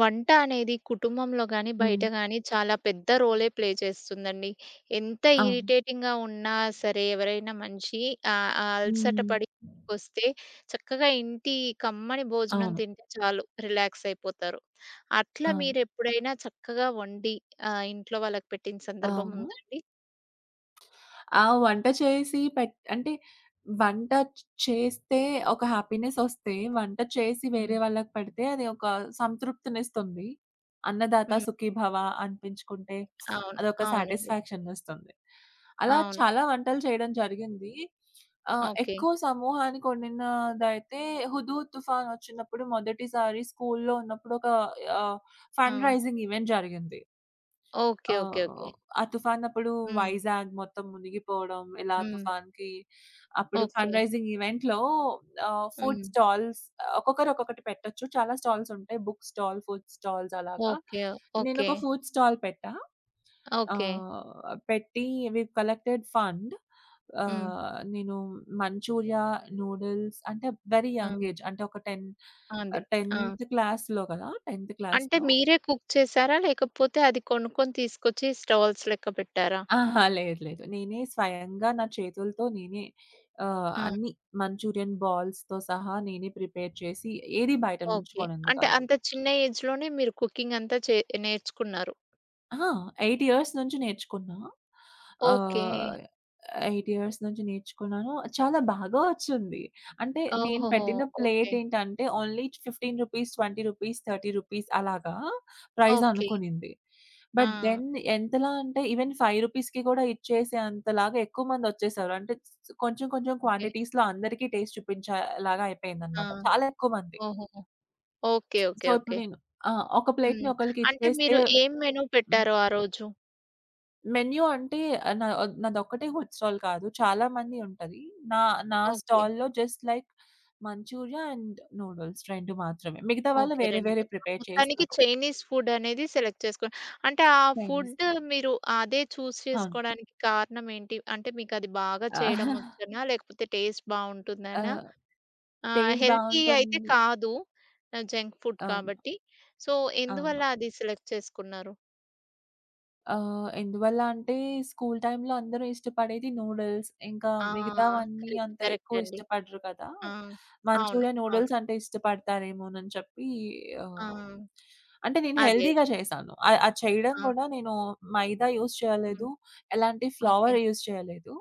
వంట అనేది కుటుంబంలో గాని, హ్మ్. బయట గాని చాలా పెద్ద రోలే ప్లే చేస్తుందండి. ఎంత అవును. ఇరిటేటింగ్‌గా ఉన్నా సరే, ఎవరైనా మనిషి ఆహ్, ఆహ్, హ్మ్. అలసటపడి ఇంటికొస్తే చక్కగా ఇంటి కమ్మని భోజనం అవును. తింటే చాలు రిలాక్స్ అయిపోతారు. అట్లా అవును. మీరెప్పుడైనా చక్కగా వండి ఇంట్లో వాళ్ళకి పెట్టిన సందర్భం అవును. ఉందా అండి? వంట చేసి పెట్ అంటే వంట చేస్తే ఒక హ్యాపీనెస్ ఒస్తే, వంట చేసి వేరే హ్మ్. వాళ్ళకి పెడితే అది ఒక సంతృప్తినిస్తుంది. అన్నదాత హ్మ్. సుఖీభవ అనిపించుకుంటే అవును. అదొక అవునండి. సాటిస్ఫాక్షన్ ఇస్తుంది. అలా అవును. చాలా వంటలు చేయడం జరిగింది. ఓకే. ఎక్కువ సమూహానికి వండినదైతే 'హుదూద్ తుఫాన్' ఒచ్చినప్పుడు మొదటిసారి స్కూల్‌లో ఉన్నప్పుడు ఆహ్, ఆ! ఫండ్ రైజింగ్ ఈవెంట్ జరిగింది. ఓకే. ఓకే. ఓకే. ఆహ్, ఆ తుఫాన్ అప్పుడు హ్మ్. వైజాగ్ మొత్తం మునిగిపోవడం, ఇలా హ్మ్. తుఫాన్‌కి అప్పుడు ఓకే. ఫండ్ రైజింగ్ ఈవెంట్‌లో ఫుడ్ హ్మ్. స్టాల్స్ ఒక్కొక్కరు ఒక్కొక్కటి పెట్టొచ్చు. చాలా స్టాల్స్ ఉంటాయి. బుక్ స్టాల్, ఫుడ్ స్టాల్స్ అలాగా. ఓకే. ఓకే. నేనొక ఫుడ్ స్టాల్ పెట్టా. ఓకే. ఆహ్, పెట్టి వి కలెక్టెడ్ ఫండ్. హ్మ్. నేను మంచూరియా, నూడిల్స్ అంటే వెరీ ఆ! యంగ్ ఏజ్ అంటే ఒక 10 అంది. ఆ! 10థ్ క్లాస్‌లో కదా! 10థ్ అంటే క్లాస్‌లో. మీరే కుక్ చేసారా? లేకపోతే అది కొనుక్కొని తీసుకొచ్చి స్టాల్స్ లెక్క పెట్టారా? అహా! లేదు. లేదు. నేనే స్వయంగా నా చేతులతో నేనే ఆ! అన్నీ మంచూరియన్ బాల్స్‌తో సహా నేనే ప్రిపేర్ చేసి ఏది బయట నుంచి ఓకే. కొనింది అంటే కాదు. అంత చిన్న ఏజ్‌లోనే మీరు కుకింగ్ అంతా నేర్చుకున్నారు. ఆ! 8 ఇయర్స్ నుంచి నేర్చుకున్నా. ఓకే. ఆహ్, 8 ఇయర్స్ నుంచి నేర్చుకున్నాను. చాలా బాగా వచ్చింది. అంటే నేను ఓహోహో! పెట్టిన హ్మ్. Plate okay. ఏంటంటే ఓన్లీ ₹15, ₹20, ₹30 అలాగా ప్రైస్ ఓకే. అనుకునింది. ఆ! బట్ దెన్ ఎంతలా అంటే ఈవెన్ ₹5కి కూడా ఇచ్చేసే అంతలాగా ఎక్కువ మంది వచ్చేసారు. అంటే కొంచెం కొంచెం ఓకే. క్వాంటిటీస్‌లో అందరికీ టేస్ట్ చూపించేలాగా అయిపోయిందన్నమాట. ఆ! చాలా ఎక్కువ మంది. ఓహోహో! ఓకే. So, okay. ఇప్పుడు ఓకే. నేను ఆ! ఒక ప్లేట్‌ని హ్మ్. ఒకళ్ళకి అంటే ఇచ్చేస్తే. మీరు ఏం మెనూ పెట్టారు ఆ రోజు? మెన్యూ అంటే ఆహ్, నా నాదొక్కటే ఫుడ్ స్టాల్ కాదు. చాలా మంది ఉంటది. నా నా ఓకే. స్టాల్‌లో just like Manchuria and noodles 2 మాత్రమే. మిగతా వాళ్ళు ఓకే. వేరే 2 వేరే మాత్రమే. ప్రిపేర్ మొత్తానికి చేస్తారు. చైనీస్ ఫుడ్ అనేది సెలెక్ట్ చేసుకోండి. అంటే ఆ చైనీస్. ఫుడ్ మీరు అదే అవును. చేసుకోవడానికి కారణం ఏంటి? అంటే మీకది బాగా ఆ! చేయడం వచ్చనా? లేకపోతే టేస్ట్ ఆ, బావుంటుందనా? టేస్ట్ హెల్తీ అయితే బావుంటుంది. కాదు. జంక్ ఫుడ్ అవును. కాబట్టి. సో, అవును. ఎందువల్ల అది సెలెక్ట్ చేసుకున్నారు? ఎందువల్ల అంటే స్కూల్ టైమ్‌లో అందరూ ఇష్టపడేది నూడిల్స్. ఇంకా ఆ! మిగతావన్నీ కరెక్ట్. అంత కరెక్ట్ ఎక్కువ అండి. ఇష్టపడరు కదా! ఆ! అవును. మంచూరియా, అవును. నూడిల్స్ అంటే ఇష్టపడతారేమోనని చెప్పి ఆ! ఆహ్, అంటే నేను అదే. అదే. హెల్తీగా చేశాను. అది చేయడం ఆ! కూడా నేను మైదా యూజ్ హ్మ్. చేయలేదు. ఎలాంటి ఓకే. ఫ్లవర్ యూజ్ చేయలేదు.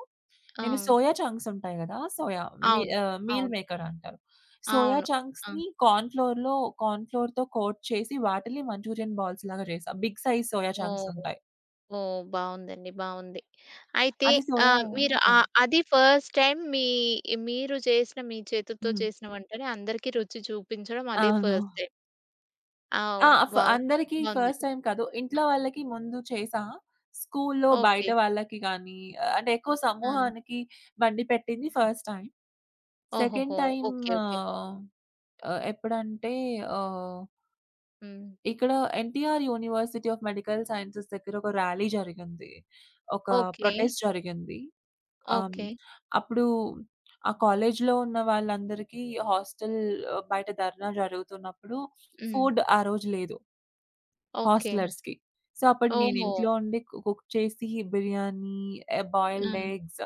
ఆ! నేను సోయా చంక్స్ ఉంటాయి కదా! సోయా మీ అవును. మీల్ అవును. మేకర్ అంటారు. సోయా అవును. ఆ! చంక్స్‌ని కార్న్ ఫ్లోర్‌లో కార్న్ ఫ్లోర్‌తో కోట్ చేసి వాటిని మంచూరియన్ బాల్స్ లాగా చేశా. Big size soya chunks oh! ఉంటాయి. ఓహ్! బావుందండి. బావుంది. అయితే అది సోయా మీరు అవును. అది ఫస్ట్ టైమ్ మీరు చేసిన మీ చేతుతో హ్మ్. చేసిన వంటని అందరికీ రుచి చూపించడం అదే అవును. First time. ఆ! ఆ! వావ్! అందరికీ బావుంది. ఫస్ట్ టైమ్ కాదు. ఇంట్లో వాళ్ళకి ముందు చేశా. స్కూల్లో బయట ఓకే. వాళ్ళకి గానీ, అంటే ఎక్కువ ఆ! సమూహానికి వండి పెట్టింది ఫస్ట్ టైమ్. సెకండ్ ఓహోహో! Time okay. ఓకే. ఆహ్, ఆహ్, ఎప్పుడంటే ఆహ్, హ్మ్. ఇక్కడ NTR university of medical sciences దగ్గర ఒక ర్యాలీ జరిగింది. ఒక ఓకే. ప్రొటెస్ట్ జరిగింది. ఆ! హ్మ్. ఓకే. అప్పుడు ఆ కాలేజ్‌లో ఉన్న వాళ్ళందరికీ హాస్టల్ బయట ధర్నా జరుగుతున్నప్పుడు హ్మ్. ఫుడ్ ఆ రోజు లేదు ఓకే. హాస్టలర్స్‌కి. సో, అప్పుడు నేను ఓహో! ఇంట్లో ఉండి కుక్ చేసి బిర్యానీ, ఆ! బాయిల్డ్ ఎగ్స్,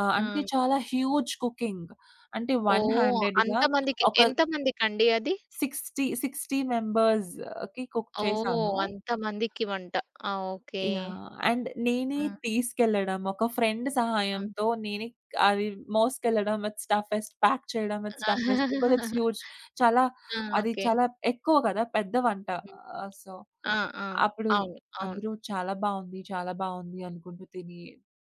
అంటే ఆ! చాలా హ్యూజ్ కుకింగ్. అంటే వన్ ఓహ్! హ్యాండెడ్‌గా అంతమందికి ఒక ఎంతమందికండి అది? 60, 60 మెంబర్స్‌కి కుక్ ఓహ్! చేశాను. అంతమందికి వంట. ఆ! ఓకే. యాహ్! అండ్ నేనే ఆ! తీసుకెళ్ళడం, ఒక ఫ్రెండ్ ఆ! సహాయంతో నేనే అది మోసుకెళ్ళడం విత్ స్టఫెస్ట్, ప్యాక్ చేయడం విత్ స్టఫెస్ట్ బికాజ్ ఇట్స్ హ్యూజ్. చాలా ఆ! అది ఓకే. చాలా ఎక్కువ కదా! పెద్ద వంట. హ్మ్. సో, ఆ! ఆ! అప్పుడు అవును. అవును. అందరూ చాలా బావుంది, చాలా బావుంది అనుకుంటూ తిని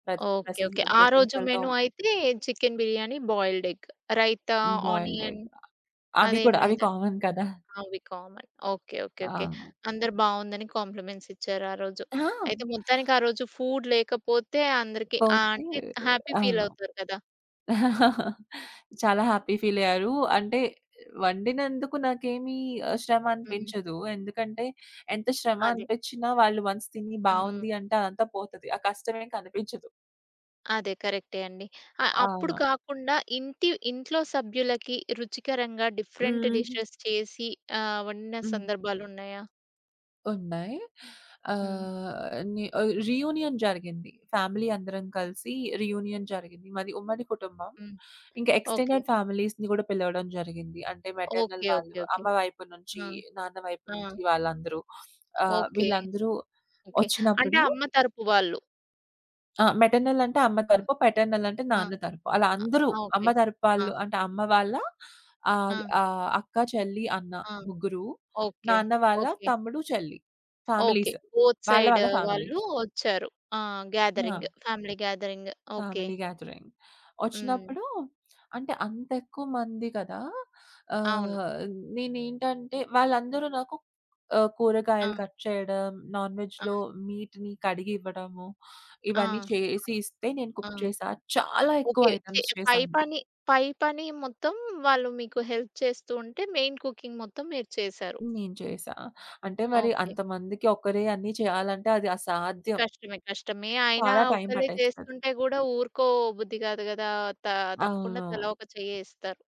ప్ర ఓకే. ఓకే. ఆ రోజు ప్రశంసలతో. మెను అయితే chicken biryani, boiled egg, raita, boiled onion egg. అవి అదేం కూడా అవి లేదా? కామన్ కదా! అవి కామన్. ఓకే. ఓకే. ఓకే. అవును. అందరు బావుందని కాంప్లిమెంట్స్ ఇచ్చారు ఆ రోజు. ఆ! అయితే మొత్తానికి ఆ రోజు ఫుడ్ లేకపోతే అందరికి పోతే అంటే హ్యాపీ ఫీల్ అవును. అవుతారు కదా! చాలా హ్యాపీ ఫీలయ్యారు. అంటే వండినందుకు నాకేమి శ్రమ హ్మ్. అనిపించదు. ఎందుకంటే ఎంత శ్రమ అదే. అనిపించినా వాళ్ళు వన్స్ తిని హ్మ్. బావుంది అంటే అదంతా పోతది. ఆ కష్టమేం కనిపించదు. అదే కరెక్టే అండి. అప్పుడు అవును. కాకుండా ఇంట్లో సభ్యులకి రుచికరంగా డిఫరెంట్ హ్మ్. డిషెస్ చేసి వండిన హ్మ్. సందర్భాలున్నాయా? ఉన్నాయి. హ్మ్. ఆహ్, రీయూనియన్ జరిగింది. ఫ్యామిలీ అందరం కలిసి రీయూనియన్ జరిగింది. మాది ఉమ్మడి కుటుంబం. హ్మ్. ఇంకా ఓకే. ఎక్స్‌టెండెడ్ ఫ్యామిలీస్‌ని గూడా పిలవడం జరిగింది. అంటే మెటర్నల్ ఓకే. వాళ్ళు, ఓకే. ఓకే. అమ్మ వైపు నుంచి, ఆ! నాన్న వైపు ఆ! నుంచి వాళ్ళందరూ ఓకే. వీళ్ళందరూ ఓకే. అంటే వచ్చినప్పుడు. అమ్మ తరపు వాళ్ళు. ఆ! మెటర్నల్ అంటే అమ్మ ఆ! తరపు, పాటర్నల్ అంటే ఆ! నాన్న తరపు. అలా అందరూ ఆ! అమ్మ ఓకే. ఆ! తరపాళ్ళు అంటే అమ్మ వాళ్ళ ఆ! ఆహ్, ఆహ్, అక్క, చెల్లి, అన్న ఆ! ముగ్గురు. ఓకే. నాన్న వాళ్ళ ఓకే. తమ్ముడు, చెల్లి ఓకే. ఫ్యామిలీస్. బోత్ వాళ్ళ సైడ్ వాళ్ళ వాళ్ళు ఫ్యామిలీస్. వచ్చారు. ఆ! ఆ! Gathering. Family gathering. Okay. Family gathering hmm. వచ్చినప్పుడు అంటే అంత ఎక్కువ మంది కదా! అవును. ఆహ్, నేనేంటంటే వాళ్ళందరూ నాకు ఆ! కూరగాయలు కట్ చేయడం, నాన్ ఆ! వెజ్‌లో మీట్‌ని కడిగి ఇవ్వడము, ఆ! ఇవన్నీ చేసి ఇస్తే నేను ఆ! కుక్ చేశా. చాలా ఎక్కువ ఓకే. ఐటెమ్స్ పై చేశాను. పని, పై పని మొత్తం వాళ్ళు మీకు హెల్ప్ చేస్తూ ఉంటే, మెయిన్ కుకింగ్ మొత్తం మీరు చేశారు. నేను చేశా. అంటే మరి ఓకే. అంతమందికి ఒక్కరే అన్నీ చేయాలంటే అది అసాధ్యం. కష్టమే. కష్టమే. అయినా చాలా టైం ఒక్కళ్ళే పట్టేస్తది. చేస్తుంటే గూడా ఊరుకో బుద్ధి గాదు గదా! త తప్పకుండా అవును. తలా ఒక చెయ్యేస్తారు.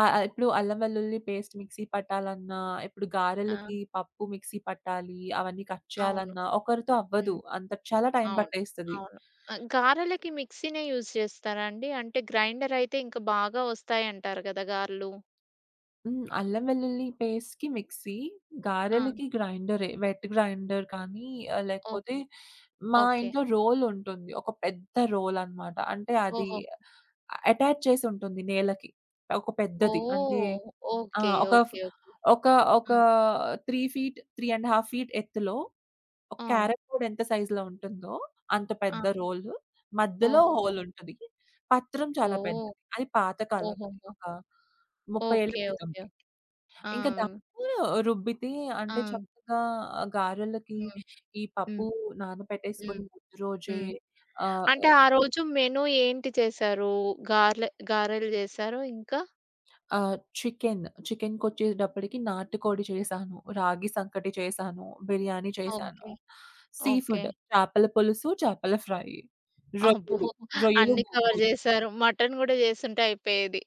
ఆ! ఆ! ఇప్పుడు అల్లం వెల్లుల్లి పేస్ట్ మిక్సీ పట్టాలన్నా, ఇప్పుడు ఆ! గారెలకి పప్పు మిక్సీ పట్టాలి, అవన్నీ కట్ అవును. చేయాలన్నా ఒకరితో అవ్వదు. హ్మ్. అంత చాలా టైం అవును. పట్టేస్తది. అవును. గారెలకి మిక్సీ‌నే యూజ్ చేస్తారా అండి? అంటే గ్రైండర్ అయితే ఇంకా బాగా వస్తాయంటారు గదా! గారెలు. హ్మ్. అల్లం వెల్లుల్లి పేస్ట్‌కి మిక్సీ, ఆ! గారెలకి గ్రైండరే. వెట్ గ్రైండర్ కానీ లేకపోతే ఓకే. మా ఓకే. ఇంట్లో రోల్ ఉంటుంది. ఒక పెద్ద రోల్ అన్నమాట. అంటే అది ఓహో! అటాచ్ చేసి ఉంటుంది నేలకి. ఒక పెద్దది. అంటే ఓహ్! ఆ! ఓకే. ఒక ఫ్ ఓకే. ఓకే. ఒక ఒక ఆ! 3 ఫీట్, 3 ½ ఫీట్ ఎత్తులో ఒక ఆ! క్యారమ్ బోర్డ్ ఎంత సైజులో ఉంటుందో అంత ఆ! పెద్ద రోలు. మధ్యలో ఓహోహో! హోల్ ఉంటది. పత్రం చాలా పెద్దది. ఓహ్! అది పాత కాలపుది. ఓహోహో! ఒక 30 ఏళ్ల ఓకే. ఓకే. క్రితంది. ఆ! ఇంకా దాన్ని రుబ్బితే ఆ! అంటే చక్కగా గారెలకి హ్మ్. ఈ హ్మ్. పప్పు హ్మ్. నానబెట్టేసుకొని ముందు రోజే హ్మ్. ఆహ్, అంటే ఆ రోజు మెను ఏంటి చేశారు? గారెలు చేశారు ఇంకా? ఆహ్, చికెన్‌కొచ్చేటప్పటికి నాటుకోడి చేశాను. రాగి సంకటి చేశాను. బిర్యానీ చేశాను. ఓకే. See okay. ఫుడ్ చేపల పులుసు, చేపల ఫ్రై, అబ్బో! రొయ్యలు, రొయ్యలు అన్నీ కవర్ గోంగూర. చేశారు. మటన్ గూడా చేసుంటే అయిపోయేది.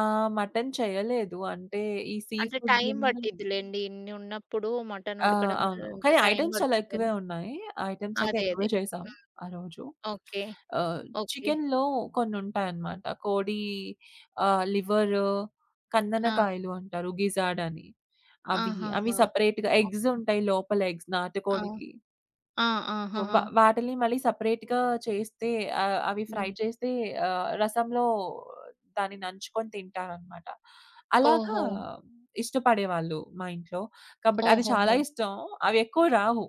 ఆ! మటన్ చేయలేదు. అంటే ఈ సీ అంటే ఫుడ్ టైం ఏమన్నా పట్టిద్దిలెండి. ఇన్ని ఉన్నప్పుడు మటన్ ఆ! ఉడకడం అవును. ఎంత కానీ టైం ఐటెమ్స్ చాలా పడుతుంది ఎక్కువే గదా! ఉన్నాయి. ఐటెమ్స్ అయితే అదే. ఎక్కువే అదే. చేసాం హ్మ్. ఆ రోజు. ఓకే. ఆహ్, ఓకే. చికెన్‌లో కొన్నుంటాయన్నమాట. కోడి లివరు, ఆ! కందనకాయలు అంటారు గిజాడ్ అని. అవి అవి ఆహాహా! సెపరేట్‌గా ఆ! ఎగ్స్ ఉంటాయి లోపల ఎగ్స్ ఆ! నాటుకోడికి. ఆహాహా! వాటిల్ని మళ్ళీ సెపరేట్‌గా చేస్తే అవి ఫ్రై హ్మ్. చేస్తే రసంలో దాన్ని నంచుకొని తింటారనమాట. అలాగా ఓహో! ఇష్టపడేవాళ్ళు మా ఇంట్లో. కాబట్టి అది చాలా ఓహోహో! ఇష్టం. అవి ఎక్కువ రావు.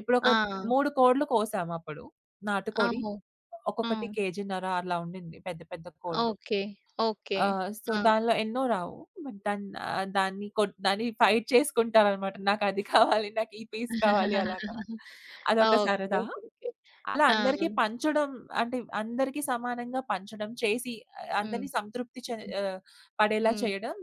ఇప్పుడొక ఆ! 3 కోడ్లు కోసాము అప్పుడు. నాటుకోడి ఓహో! ఆ! ఒక్కొక్కటి కేజీన్నర అలా ఉండింది పెద్ద పెద్ద కోళ్ళు. ఓకే. ఓకే. సో, ఆ! దానిలో ఎన్నో రావు. బట్ దాన్ ఆహ్, దాన్ని కొట్ దాన్ని ఫైట్ చేసుకుంటారనమాట. నాకది కావాలి, నాకు ఈ పీస్ కావాలి అలాగా. ఓకే. అదొక ఓకే. సరదా. ఓకే. అలా ఆ! అందరికీ పంచడం అంటే అందరికీ సమానంగా పంచడం చేసి ఆహ్, హ్మ్. అందరిని సంతృప్తి చె హ్మ్. ఆహ్, పడేలా హ్మ్. చేయడం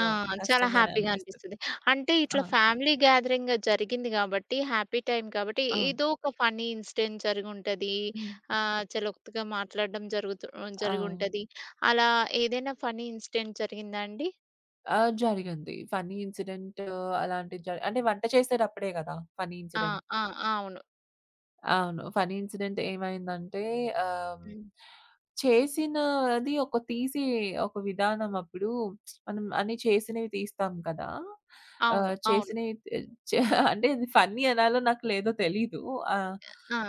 ఆ! చాలా కష్టంగానే హ్యాపీగా అనిపిస్తది. అనిపిస్తది. అంటే ఆ! ఇట్లా ఫ్యామిలీ గ్యాదరింగ్ జరిగింది గాబట్టి, హ్యాపీ టైమ్ కాబట్టి అవును. ఏదో ఒక ఫన్నీ ఇన్సిడెంట్ జరిగుంటది. హ్మ్. చలోక్తిగా మాట్లాడడం ఆ! జరిగుంటది. అలా ఏదైనా ఫన్నీ ఇన్సిడెంట్ జరిగిందా అండి? ఆ! జరిగింది. ఫన్నీ ఇన్సిడెంట్ అలాంటిది అంటే వంట చేసేటప్పుడే గదా! ఫన్నీ ఆ! ఇన్సిడెంట్. ఆ! అవును. అవును. ఫన్నీ ఇన్సిడెంట్ ఏమైందంటే ఆహ్, హ్మ్. చేసినది ఒక తీసే ఒక విధానం అప్పుడు మనం అన్ని చేసినవి తీస్తాం కదా! అవును. ఆహ్, అవును. చేసినవి తె- చే అంటే ఇది ఫన్నీ అనాలో నాకు లేదో తెలీదు. ఆహ్, ఆ!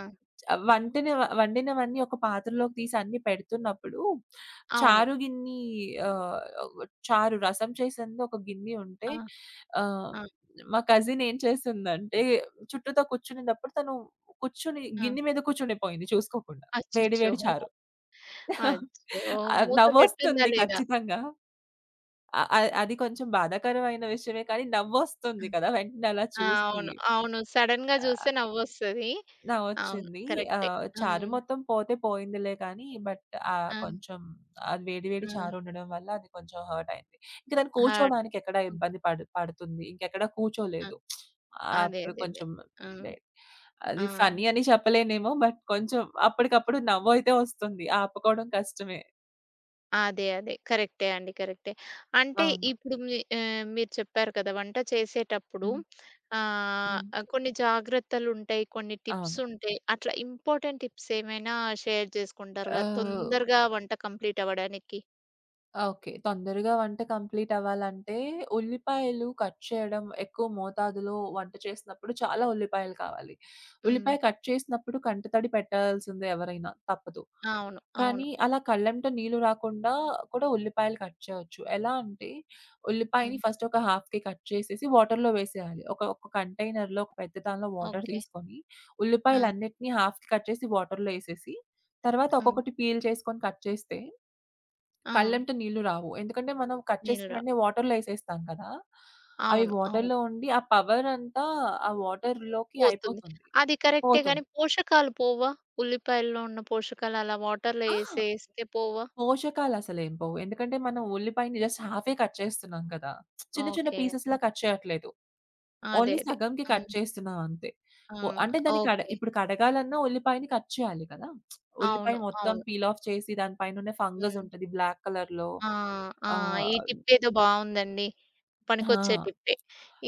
వంటిన వండినవన్నీ ఒక పాత్రలోకి తీసి అన్నీ పెడుతున్నప్పుడు అవును. చారు గిన్ని ఆహ్, చారు రసం చేసింది ఒక గిన్ని ఉంటే ఆ! ఆహ్, ఆ! మా కజిన్ ఏం చేసిందంటే చుట్టూతా కూర్చునేటప్పుడు తను కూర్చొని ఆ! గిన్నె మీద కూర్చుండిపోయింది చూసుకోకుండా. వేడి అచ్చచ్చో! వేడి చారు. అచ్చో! మూత పెట్టుందా నవ్వొస్తుంది లేదా? ఖచ్చితంగా. అ అ అది కొంచెం బాధాకరమైన విషయమే కానీ ఆ! నవ్వొస్తుంది కదా! వెంటనే అలా ఆ! చూసి. అవును. అవును. సడెన్‌గా జూస్తే ఆ! నవ్వొస్తది. ఆ! అవును. వచ్చింది. కరెక్టే. చారు హ్మ్. మొత్తం పోతే పోయిందిలే కానీ, బట్ ఆ! కొంచెం అది వేడి వేడి ఆ! చారు ఉండడం వల్ల అది కొంచెం హర్ట్ అయింది. ఇంక దాన్ని హార్ట్. కూర్చోవడానికి ఎక్కడ ఓకే. ఇబ్బంది పడుతుంది. ఇంకెక్కడ ఆ! కూర్చోలేదు. అదే. అప్పుడు అదే. అదే. కొంచెం ఆ! లే ఆ! అది ఫన్నీ అని చెప్పలేనేమో, బట్ కొంచెం అప్పటికప్పుడు నవ్వయితే వస్తుంది. ఆపుకోవడం కష్టమే. అదే. అదే. కరెక్టే అండి. కరెక్టే. అంటే అవును. ఇప్పుడు మీరు చెప్పారు కదా! వంట చేసేటప్పుడు హ్మ్. ఆహ్, హ్మ్. కొన్ని జాగ్రత్తలుంటాయి. కొన్ని అవును. టిప్సుంటాయి. అట్లా ఇంపార్టెంట్ టిప్స్ ఏమైనా షేర్ చేసుకుంటారుగా? ఆహ్, తొందరగా వంట కంప్లీట్ అవ్వడానికి. ఆ! ఓకే. తొందరగా వంట కంప్లీట్ అవ్వాలంటే, ఉల్లిపాయలు కట్ చేయడం ఎక్కువ మోతాదులో వంట చేసినప్పుడు చాలా ఉల్లిపాయలు కావాలి. హ్మ్. ఉల్లిపాయ కట్ చేసినప్పుడు కంటితడి పెట్టాల్సిందే ఎవరైనా తప్పదు. అవును. అవును. కానీ అలా కళ్ళెంట నీళ్లు రాకుండా కూడా ఉల్లిపాయలు కట్ చేయొచ్చు. ఎలా అంటే, ఉల్లిపాయని హ్మ్. ఫస్ట్ ఒక హాఫ్‌కి కట్ చేసేసి వాటర్‌లో వేసేయాలి. ఒక ఒక కంటైనర్‌లో ఒక పెద్ద దానిలో వాటర్ ఓకే. తీసుకొని, ఆ! ఉల్లిపాయలన్నిటిని హాఫ్‌కి కట్ చేసి వాటర్‌లో ఏసేసి, తర్వాత ఆ! ఒక్కొక్కటి పీల్ చేసుకొని కట్ చేస్తే ఆ! కళ్ళెంట నీళ్లు రావు. ఎందుకంటే మనం కట్ చేసిన నీళ్ళు రావు. వెంటనే వాటర్‌లో ఎసేస్తాం కదా! అవి అవును. అవును. వాటర్‌లో ఉండి ఆ పవర్ అంతా ఆ వాటర్‌లోకి పోతుంది. అయిపోతుంది. అది కరెక్టే గానీ పోతుంది. పోషకాలు పోవా? ఉల్లిపాయల్లో ఉన్న పోషకాలు అలా వాటర్‌లో ఆ! ఏసేస్తే పోవా? పోషకాలసలేం పోవు. ఎందుకంటే మనం ఉల్లిపాయని జస్ట్ హాఫే కట్ చేస్తున్నాం కదా! చిన్న చిన్న ఓకే. పీసెస్‌లా కట్ చేయట్లేదు. అదే. ఓన్లీ అదే. సగంకి హ్మ్. కట్ చేస్తున్నాం అంతే. ఆ! అంటే దాన్ని ఓకే. ఇప్పుడు కడగాలన్నా ఉల్లిపాయని కట్ చేయాలి కదా! ఉల్లిపాయ అవును. మొత్తం అవును. పీల్ ఆఫ్ చేసి దాని పైనున్న ఫంగస్ హ్మ్. ఉంటది బ్లాక్ కలర్‌లో. ఆ! ఆ! ఈ ఆహ్, టిప్పేదో బావుందండి. పనికొచ్చే ఆ! టిప్పే.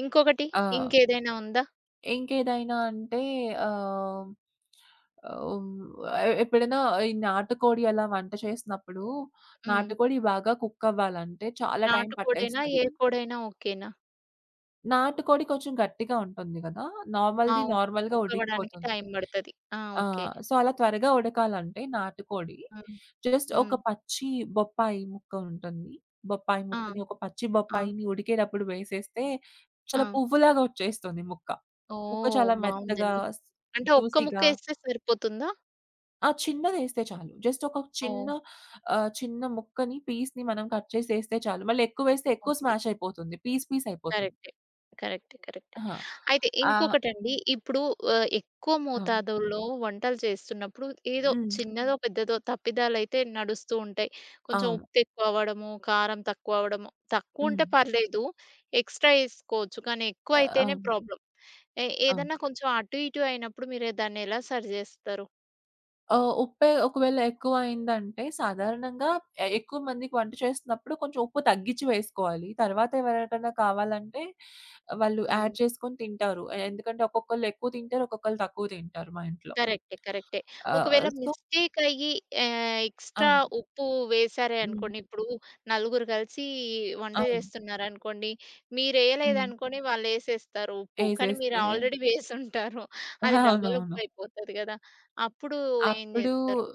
ఇంకొకటి ఆ! ఇంకేదైనా ఉందా? ఇంకేదైనా అంటే ఆహ్, హ్మ్. ఆహ్, ఎ ఎప్పుడైనా ఈ నాటుకోడి అలా వంట చేసినప్పుడు, హ్మ్. నాటుకోడి బాగా కుక్ అవ్వాలంటే చాలా టైం నాటుకోడైనా? పట్టేస్తది. ఏ కోడైనా ఓకేనా? నాటుకోడి కొంచెం గట్టిగా ఉంటుంది గదా! నార్మల్‌ది అవును. నార్మల్‌గా కుక్ అవ్వడానికి ఉడికిపోతుంది. టైం పడతది. ఆ! ఆ! ఓకే. సో, అలా త్వరగా ఉడకాలంటే నాటుకోడి హ్మ్. జస్ట్ ఒక హ్మ్. పచ్చి బొప్పాయి ముక్క ఉంటుంది. బొప్పాయి ఆ! ముక్కని ఒక పచ్చి ఆ! బొప్పాయిని ఉడికేటప్పుడు వేసేస్తే చాలా ఆ! పువ్వులాగా వచ్చేస్తుంది ముక్క. ముక్క ఓహ్! చాలా మెత్తగా, బావుందండి. స్ అంటే ఒక్క ముక్క జ్యూసీగా. ఏస్తే సరిపోతుందా? ఆ! చిన్నదేస్తే చాలు. జస్ట్ ఒక చిన్న ఓహ్! చిన్న పీస్‌ని మనం కట్ చేసేస్తే చాలు. మళ్ళీ ఎక్కువేస్తే ఎక్కువ ఓకే. స్మాష్ అయిపోతుంది. పీస్ పీస్ అయిపోతుంది. కరెక్టే. కరెక్టే. కరెక్టే. ఆహా! అయితే ఆహ్, ఇంకొకటండి ఇప్పుడు ఎక్కువ అవును. మోతాదుల్లో వంటలు చేస్తున్నప్పుడు ఏదో హ్మ్. చిన్నదో, పెద్దదో తప్పిదాలైతే నడుస్తూ ఉంటాయి. కొంచెం అవును. ఉప్పు ఎక్కువ అవ్వడము, కారం తక్కువ అవ్వడము. హ్మ్. తక్కువుంటే పర్లేదు ఎక్స్‌ట్రా ఏసుకోవచ్చు. కానీ ఎక్కువ అయితేనే అవును. ప్రాబ్లమ్. అవును. ఏదన్నా కొంచెం అటు, ఇటు అయినప్పుడు మీరు దాన్ని ఎలా సరి జేస్తారు? ఉప్పే ఒకవేళ ఎక్కువయిందంటే సాధారణంగా ఎక్కువ మందికి వంట చేస్తున్నప్పుడు కొంచెం ఉప్పు తగ్గించి వేసుకోవాలి. తర్వాత ఎవరికైనా కావాలంటే వాళ్ళు హ్మ్. యాడ్ చేసుకొని తింటారు. ఎందుకంటే ఒక్కొక్కళ్ళు ఎక్కువ తింటారు, ఒక్కొక్కళ్ళు తక్కువ తింటారు మా ఇంట్లో. కరెక్టే. కరెక్టే. ఒకవేళ సో మిస్టేక్ అయ్యి ఎక్స్‌ట్రా అవును. ఉప్పు వేశారే హ్మ్. అనుకోండి. ఇప్పుడు నలుగురు కలిసి వంట అవును. చేస్తున్నారనుకోండి. హ్మ్. మీరేయలేదనుకోని వాళ్ళేసేస్తారు ఉప్పు. కానీ మీరు ఏసేస్తే ఆల్రెడీ వేసుంటారు. అది డబల్ అవునవును. ఉప్పు అయిపోతది గదా! అప్పుడు ఏం అప్పుడు జేస్తారు?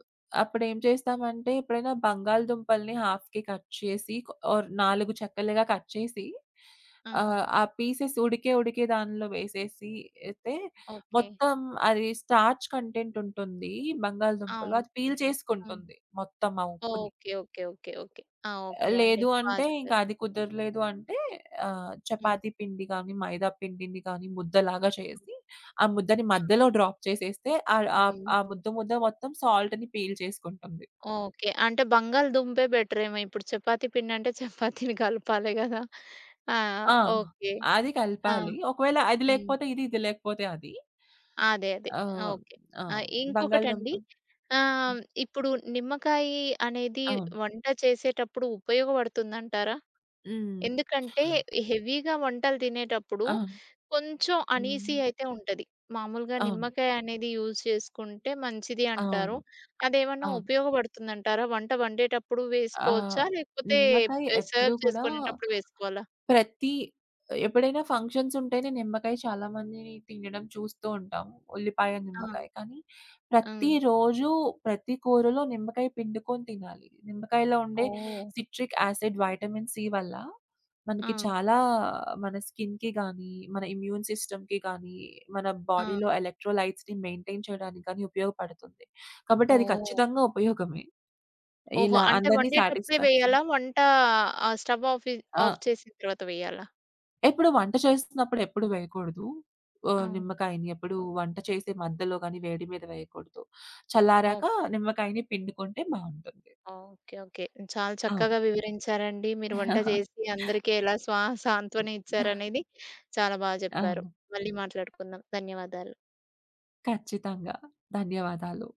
అప్పుడేం చేస్తామంటే ఎప్పుడైనా బంగాళదుంపల్ని హాఫ్‌కి కట్ చేసి ఆర్ 4 చెక్కలుగా కట్ చేసి ఆ! ఆ పీసెస్ ఉడికే ఉడికే దానిలో వేసేసి అయితే ఓకే. మొత్తం అది స్టార్చ్ కంటెంట్ ఉంటుంది బంగాళదుంపలో. అవును. అది పీల్ హ్మ్. చేసుకుంటుంది మొత్తం ఆ ఉప్పుని. ఓకే. ఓకే. ఓకే. ఓకే. ఆ! ఓకే అండి. లేదు బా అంటే ఇంకా జెప్పారు. అది కుదరలేదు అంటే హ్మ్. చపాతీ పిండి గానీ, మైదా పిండిని గానీ ముద్దలాగా హ్మ్. చేసి, ఆ ముద్దని హ్మ్. మధ్యలో డ్రాప్ చేసేస్తే ఆహ్, ఆహ్, హ్మ్. ఆ ముద్ద ముద్ద మొత్తం సాల్ట్‌ని పీల్ చేసుకుంటుంది. ఓకే. అంటే బంగాళదుంపే బెటరేమో ఇప్పుడు చపాతీ పిండంటే చపాతీని కలపాలి గదా! ఆ! ఆ! ఓకే. అది ఆ! కలపాలి. ఒకవేళ అది హ్మ్. లేకపోతే ఇది, ఇది లేకపోతే అది. అదే. అదే. ఆహ్, ఓకే. ఆ! ఆ! బంగాళదుంప. ఇంకొకటండి హ్మ్. ఇప్పుడు నిమ్మకాయి అనేది అవును. వంట చేసేటప్పుడు ఉపయోగపడుతుందంటారా? హ్మ్. ఎందుకంటే, హెవీగా వంటలు తినేటప్పుడు అవును. కొంచెం హ్మ్. అనీజీ అయితే ఉంటది. మామూలుగా అవును. నిమ్మకాయ అనేది యూజ్ చేసుకుంటే మంచిది అంటారు. అవును. అదేమన్నా అవును. ఉపయోగపడుతుందంటారా? వంట వండేటప్పుడు ఆహ్, వేసుకోవచ్చా? లేకపోతే నిమ్మకాయ ఎప్పుడు సర్వ్ కూడా చేసుకునేటప్పుడు వేసుకోవాలా? ప్రతి ఎప్పుడైనా ఫంక్షన్స్ ఉంటేనే నిమ్మకాయ చాలా మందిని తినడం చూస్తూ ఉంటాము. ఉల్లిపాయ, ఆ! నిమ్మకాయ. కానీ హ్మ్. ప్రతిరోజు ప్రతి కూరలో నిమ్మకాయ పిండుకొని తినాలి. నిమ్మకాయలో ఉండే ఓహ్! సిట్రిక్ యాసిడ్, వైటమిన్ సి వల్ల ఆ! మనకి చాలా మన స్కిన్‌కి గానీ, మన ఇమ్యూన్ సిస్టమ్‌కి గానీ, మన ఆ! బాడీలో ఎలక్ట్రోలైట్స్‌ని మెయింటైన్ చేయడానికి గానీ ఉపయోగపడుతుంది. కాబట్టి అది ఓహ్! ఖచ్చితంగా ఉపయోగమే. ఓహో! ఇలా అంటే అందరిని వండేటప్పుడే సాటిస్ఫాక్షన్. వేయాలా? వంట స్టవ్ ఆఫ్ ఆ! ఆఫ్ చేసిన తర్వాత వేయాలా? ఎప్పుడు వంట చేస్తున్నప్పుడు ఎప్పుడు వేయకూడదు. ఆ! నిమ్మకాయని ఎప్పుడు వంట చేసే మధ్యలో గాని, వేడి మీద వేయకూడదు. చల్లారాక ఓకే. నిమ్మకాయని పిండుకుంటే బావుంటుంది. ఓకే. ఓకే. చాలా అవును. చక్కగా వివరించారండి. మీరు వంట చేసి అందరికీ ఎలా సాంత్వన ఇచ్చారనేది చాలా బాగా చెప్పారు. అవును. మళ్ళీ మాట్లాడుకుందాం. ధన్యవాదాలు. ఖచ్చితంగా. ధన్యవాదాలు.